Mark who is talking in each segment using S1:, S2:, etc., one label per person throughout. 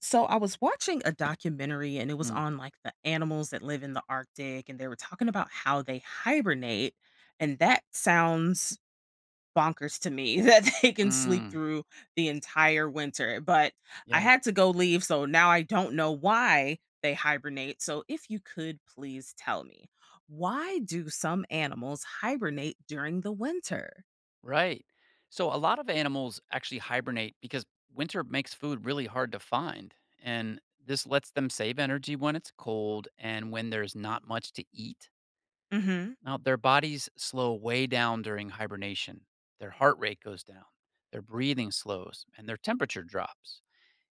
S1: So I was watching a documentary and it was
S2: Mm,
S1: on like the animals that live in the Arctic and they were talking about how they hibernate and that sounds bonkers to me that they can sleep
S2: mm,
S1: through the entire winter. But I
S2: yeah,
S1: had to go leave so now I don't know why they hibernate. So if you could please tell me, why do some animals hibernate during the winter?
S2: right. So a lot of animals actually hibernate because winter makes food really hard to find. And this lets them save energy when it's cold and when there's not much to eat.
S1: Mhm.
S2: Now, their bodies slow way down during hibernation. Their heart rate goes down, their breathing slows, and their temperature drops.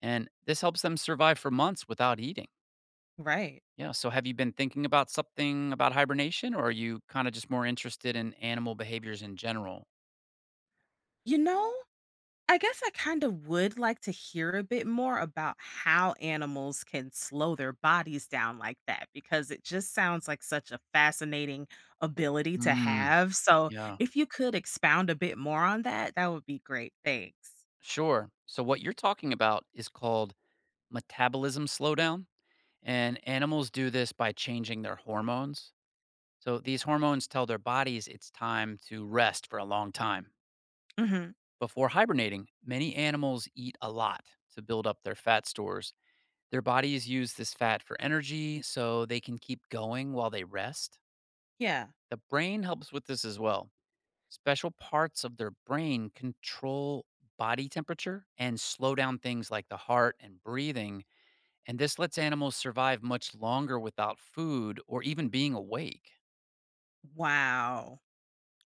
S2: And this helps them survive for months without eating.
S1: Right.
S2: Yeah. So, have you been thinking about something about hibernation, or are you kind of just more interested in animal behaviors in general?
S1: You know, I guess I kind of would like to hear a bit more about how animals can slow their bodies down like that because it just sounds like such a fascinating ability to
S2: Mm,
S1: have. So,
S2: yeah,
S1: if you could expound a bit more on that, that would be great. Thanks.
S2: sure. So, what you're talking about is called metabolism slowdown, and animals do this by changing their hormones. So, these hormones tell their bodies it's time to rest for a long time.
S1: Hmm.
S2: Before hibernating, many animals eat a lot to build up their fat stores. Their bodies use this fat for energy so they can keep going while they rest.
S1: Yeah.
S2: The brain helps with this as well. Special parts of their brain control body temperature and slow down things like the heart and breathing, and this lets animals survive much longer without food or even being awake.
S1: Wow.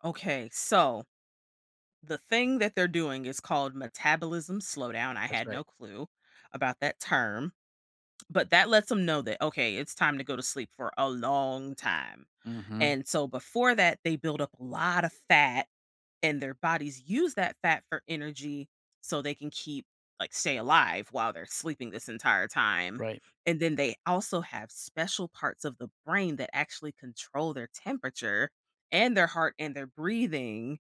S1: Okay. So, the thing that they're doing is called metabolism slowdown. I
S2: That's
S1: had
S2: right.
S1: no clue about that term. But that lets them know that, okay, it's time to go to sleep for a long time.
S2: Hmm.
S1: And so before that, they build up a lot of fat and their bodies use that fat for energy so they can keep like stay alive while they're sleeping this entire time.
S2: Right.
S1: And then they also have special parts of the brain that actually control their temperature and their heart and their breathing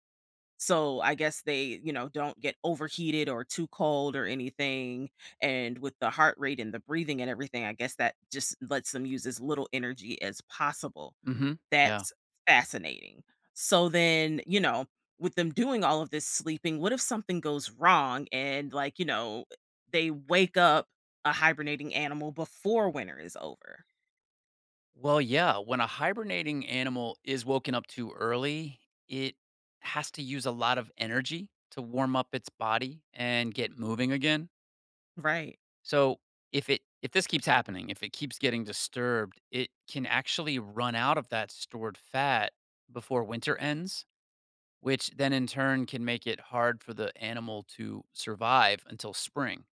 S1: so I guess they, you know, don't get overheated or too cold or anything. And with the heart rate and the breathing and everything, I guess that just lets them use as little energy as possible.
S2: Hmm. Yeah.
S1: That's fascinating. So then, you know, with them doing all of this sleeping, what if something goes wrong and like, you know, they wake up a hibernating animal before winter is over?
S2: Well, yeah. When a hibernating animal is woken up too early, it has to use a lot of energy to warm up its body and get moving again.
S1: Right.
S2: So if this keeps happening, if it keeps getting disturbed, it can actually run out of that stored fat before winter ends, which then in turn can make it hard for the animal to survive until spring.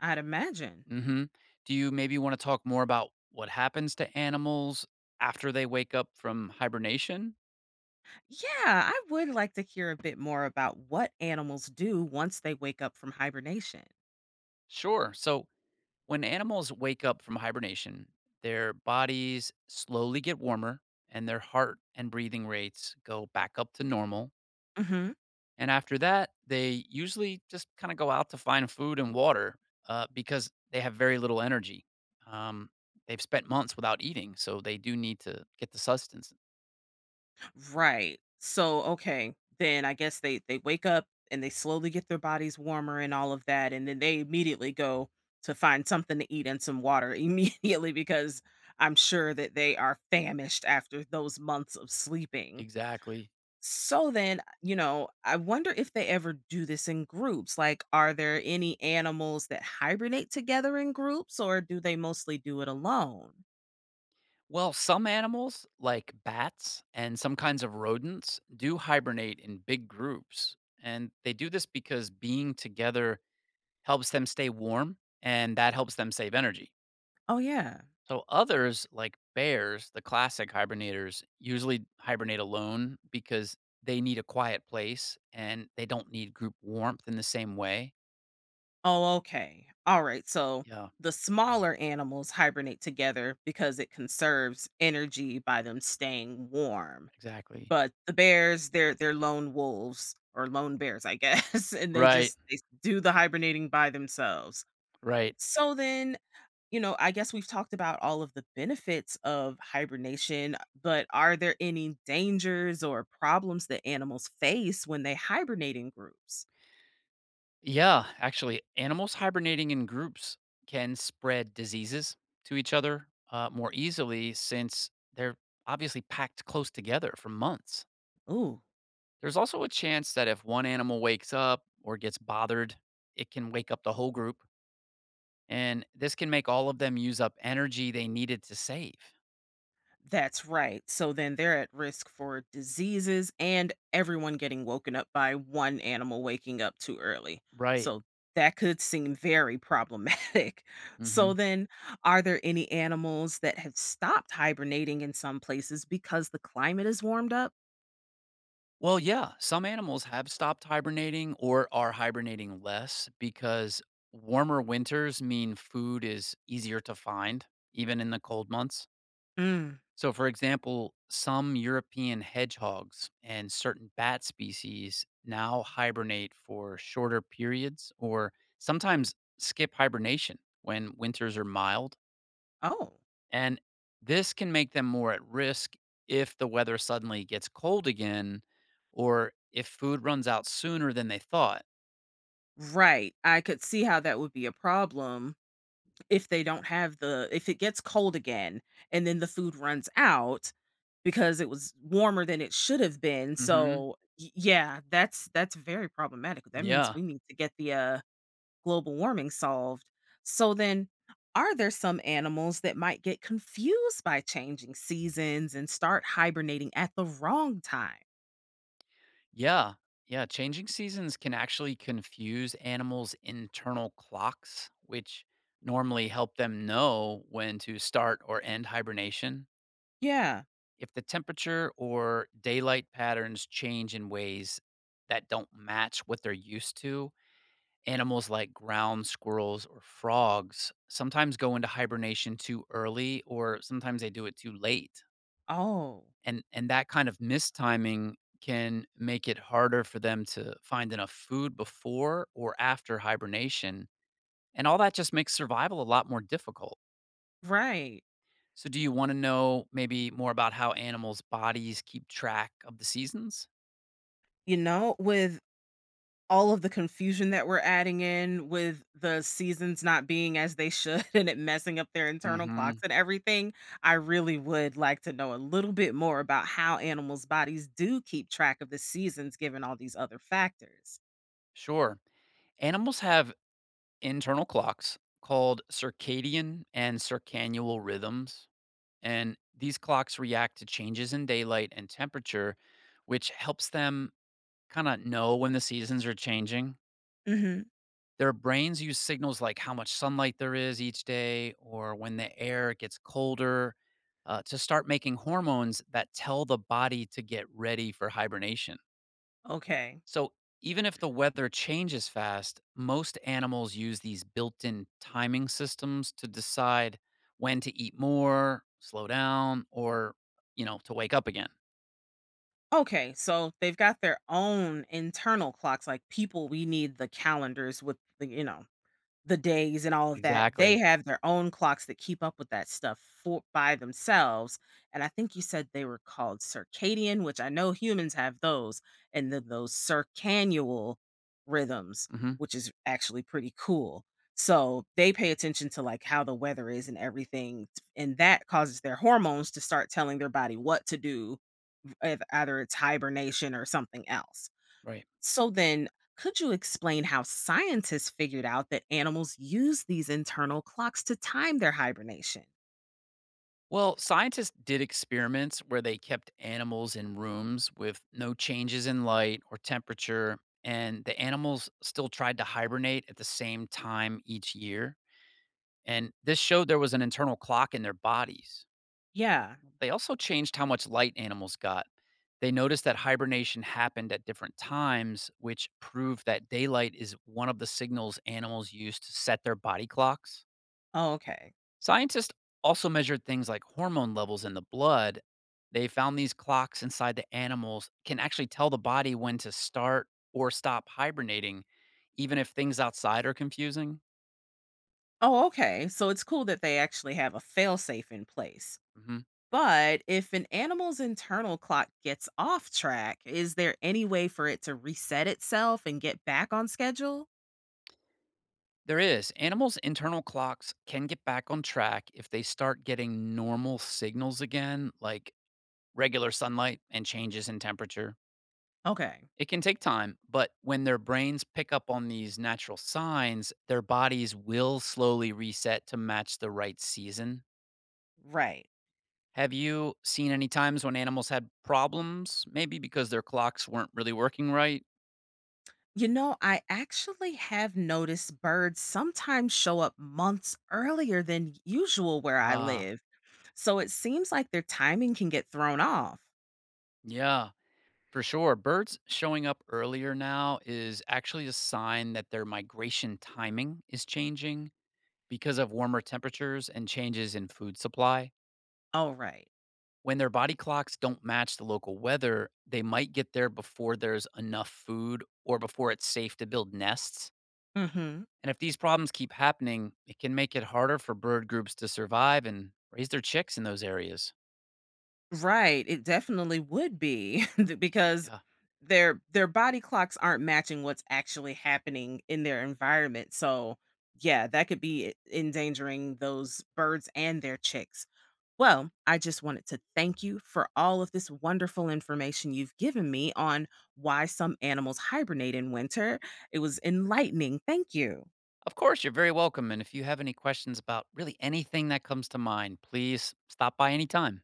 S1: I'd imagine.
S2: Hmm. Do you maybe want to talk more about what happens to animals after they wake up from hibernation?
S1: Yeah, I would like to hear a bit more about what animals do once they wake up from hibernation.
S2: Sure. So when animals wake up from hibernation, their bodies slowly get warmer and their heart and breathing rates go back up to normal.
S1: Hmm.
S2: And after that, they usually just kind of go out to find food and water because they have very little energy. Um, they've spent months without eating, so they do need to get the sustenance.
S1: Right. So, okay, then I guess they wake up and they slowly get their bodies warmer and all of that and then they immediately go to find something to eat and some water immediately because I'm sure that they are famished after those months of sleeping.
S2: Exactly.
S1: So then, you know, I wonder if they ever do this in groups. Like, are there any animals that hibernate together in groups or do they mostly do it alone?
S2: Well, some animals, like bats and some kinds of rodents, do hibernate in big groups. And they do this because being together helps them stay warm and that helps them save energy.
S1: Oh, yeah.
S2: So others, like bears, the classic hibernators, usually hibernate alone because they need a quiet place and they don't need group warmth in the same way.
S1: Oh, okay. All right. So
S2: Yeah,
S1: the smaller animals hibernate together because it conserves energy by them staying warm.
S2: exactly.
S1: But the bears, they're lone wolves or lone bears, I guess, and they
S2: Right,
S1: just they do the hibernating by themselves.
S2: right.
S1: So then you know, I guess we've talked about all of the benefits of hibernation, but are there any dangers or problems that animals face when they hibernate in groups?
S2: Yeah, actually, animals hibernating in groups can spread diseases to each other more easily since they're obviously packed close together for months.
S1: Ooh,
S2: There's also a chance that if one animal wakes up or gets bothered, it can wake up the whole group and this can make all of them use up energy they needed to save.
S1: that's right. So then they're at risk for diseases and everyone getting woken up by one animal waking up too early.
S2: Right.
S1: So that could seem very problematic.
S2: Hmm.
S1: So then, are there any animals that have stopped hibernating in some places because the climate has warmed up?
S2: Well, yeah, some animals have stopped hibernating or are hibernating less because warmer winters mean food is easier to find, even in the cold months.
S1: Mm.
S2: So, for example, some European hedgehogs and certain bat species now hibernate for shorter periods or sometimes skip hibernation when winters are mild.
S1: Oh.
S2: And this can make them more at risk if the weather suddenly gets cold again or if food runs out sooner than they thought.
S1: Right. I could see how that would be a problem if they don't have the if it gets cold again and then the food runs out because it was warmer than it should have been.
S2: Hmm.
S1: So, yeah, that's very problematic. That means
S2: Yeah.
S1: we need to get the global warming solved. So then are there some animals that might get confused by changing seasons and start hibernating at the wrong time?
S2: Yeah. Yeah. Changing seasons can actually confuse animals' internal clocks, which normally help them know when to start or end hibernation.
S1: Yeah.
S2: If the temperature or daylight patterns change in ways that don't match what they're used to, animals like ground squirrels or frogs sometimes go into hibernation too early or sometimes they do it too late.
S1: Oh,
S2: And that kind of mistiming can make it harder for them to find enough food before or after hibernation. And all that just makes survival a lot more difficult.
S1: right.
S2: So do you want to know maybe more about how animals' bodies keep track of the seasons?
S1: You know, with all of the confusion that we're adding in with the seasons not being as they should and it messing up their internal clocks
S2: Mhm.
S1: and everything, I really would like to know a little bit more about how animals' bodies do keep track of the seasons given all these other factors.
S2: Sure. Animals have internal clocks called circadian and circannual rhythms. And these clocks react to changes in daylight and temperature, which helps them kind of know when the seasons are changing.
S1: Hmm.
S2: Their brains use signals like how much sunlight there is each day or when the air gets colder to start making hormones that tell the body to get ready for hibernation.
S1: Okay.
S2: So, even if the weather changes fast, most animals use these built in timing systems to decide when to eat more, slow down, or, you know, to wake up again.
S1: Okay, so they've got their own internal clocks like people we need the calendars with the you know the days and all of that,
S2: Exactly.
S1: they have their own clocks that keep up with that stuff for by themselves, and I think you said they were called circadian, which I know humans have those, and then those circannual rhythms,
S2: Hmm.
S1: which is actually pretty cool. So, they pay attention to, like, how the weather is and everything, and that causes their hormones to start telling their body what to do, if either it's hibernation or something else.
S2: Right.
S1: So then, could you explain how scientists figured out that animals use these internal clocks to time their hibernation?
S2: Well, scientists did experiments where they kept animals in rooms with no changes in light or temperature, and the animals still tried to hibernate at the same time each year. And this showed there was an internal clock in their bodies.
S1: Yeah.
S2: They also changed how much light animals got. They noticed that hibernation happened at different times, which proved that daylight is one of the signals animals use to set their body clocks.
S1: Oh, okay.
S2: Scientists also measured things like hormone levels in the blood. They found these clocks inside the animals can actually tell the body when to start or stop hibernating, even if things outside are confusing.
S1: Oh, okay. So it's cool that they actually have a failsafe in place.
S2: Mhm.
S1: But if an animal's internal clock gets off track, is there any way for it to reset itself and get back on schedule?
S2: There is. Animals' internal clocks can get back on track if they start getting normal signals again, like regular sunlight and changes in temperature.
S1: Okay.
S2: It can take time, but when their brains pick up on these natural signs, their bodies will slowly reset to match the right season.
S1: Right.
S2: Have you seen any times when animals had problems, maybe because their clocks weren't really working right?
S1: You know, I actually have noticed birds sometimes show up months earlier than usual where I
S2: Ah,
S1: live. So it seems like their timing can get thrown off.
S2: yeah. For sure. Birds showing up earlier now is actually a sign that their migration timing is changing because of warmer temperatures and changes in food supply.
S1: Oh, right.
S2: When their body clocks don't match the local weather, they might get there before there's enough food or before it's safe to build nests.
S1: Hmm.
S2: And if these problems keep happening, it can make it harder for bird groups to survive and raise their chicks in those areas.
S1: Right. It definitely would be because
S2: Yeah.
S1: their body clocks aren't matching what's actually happening in their environment. So yeah, that could be endangering those birds and their chicks. Well, I just wanted to thank you for all of this wonderful information you've given me on why some animals hibernate in winter. It was enlightening. Thank you.
S2: Of course, you're very welcome. And if you have any questions about really anything that comes to mind, please stop by anytime.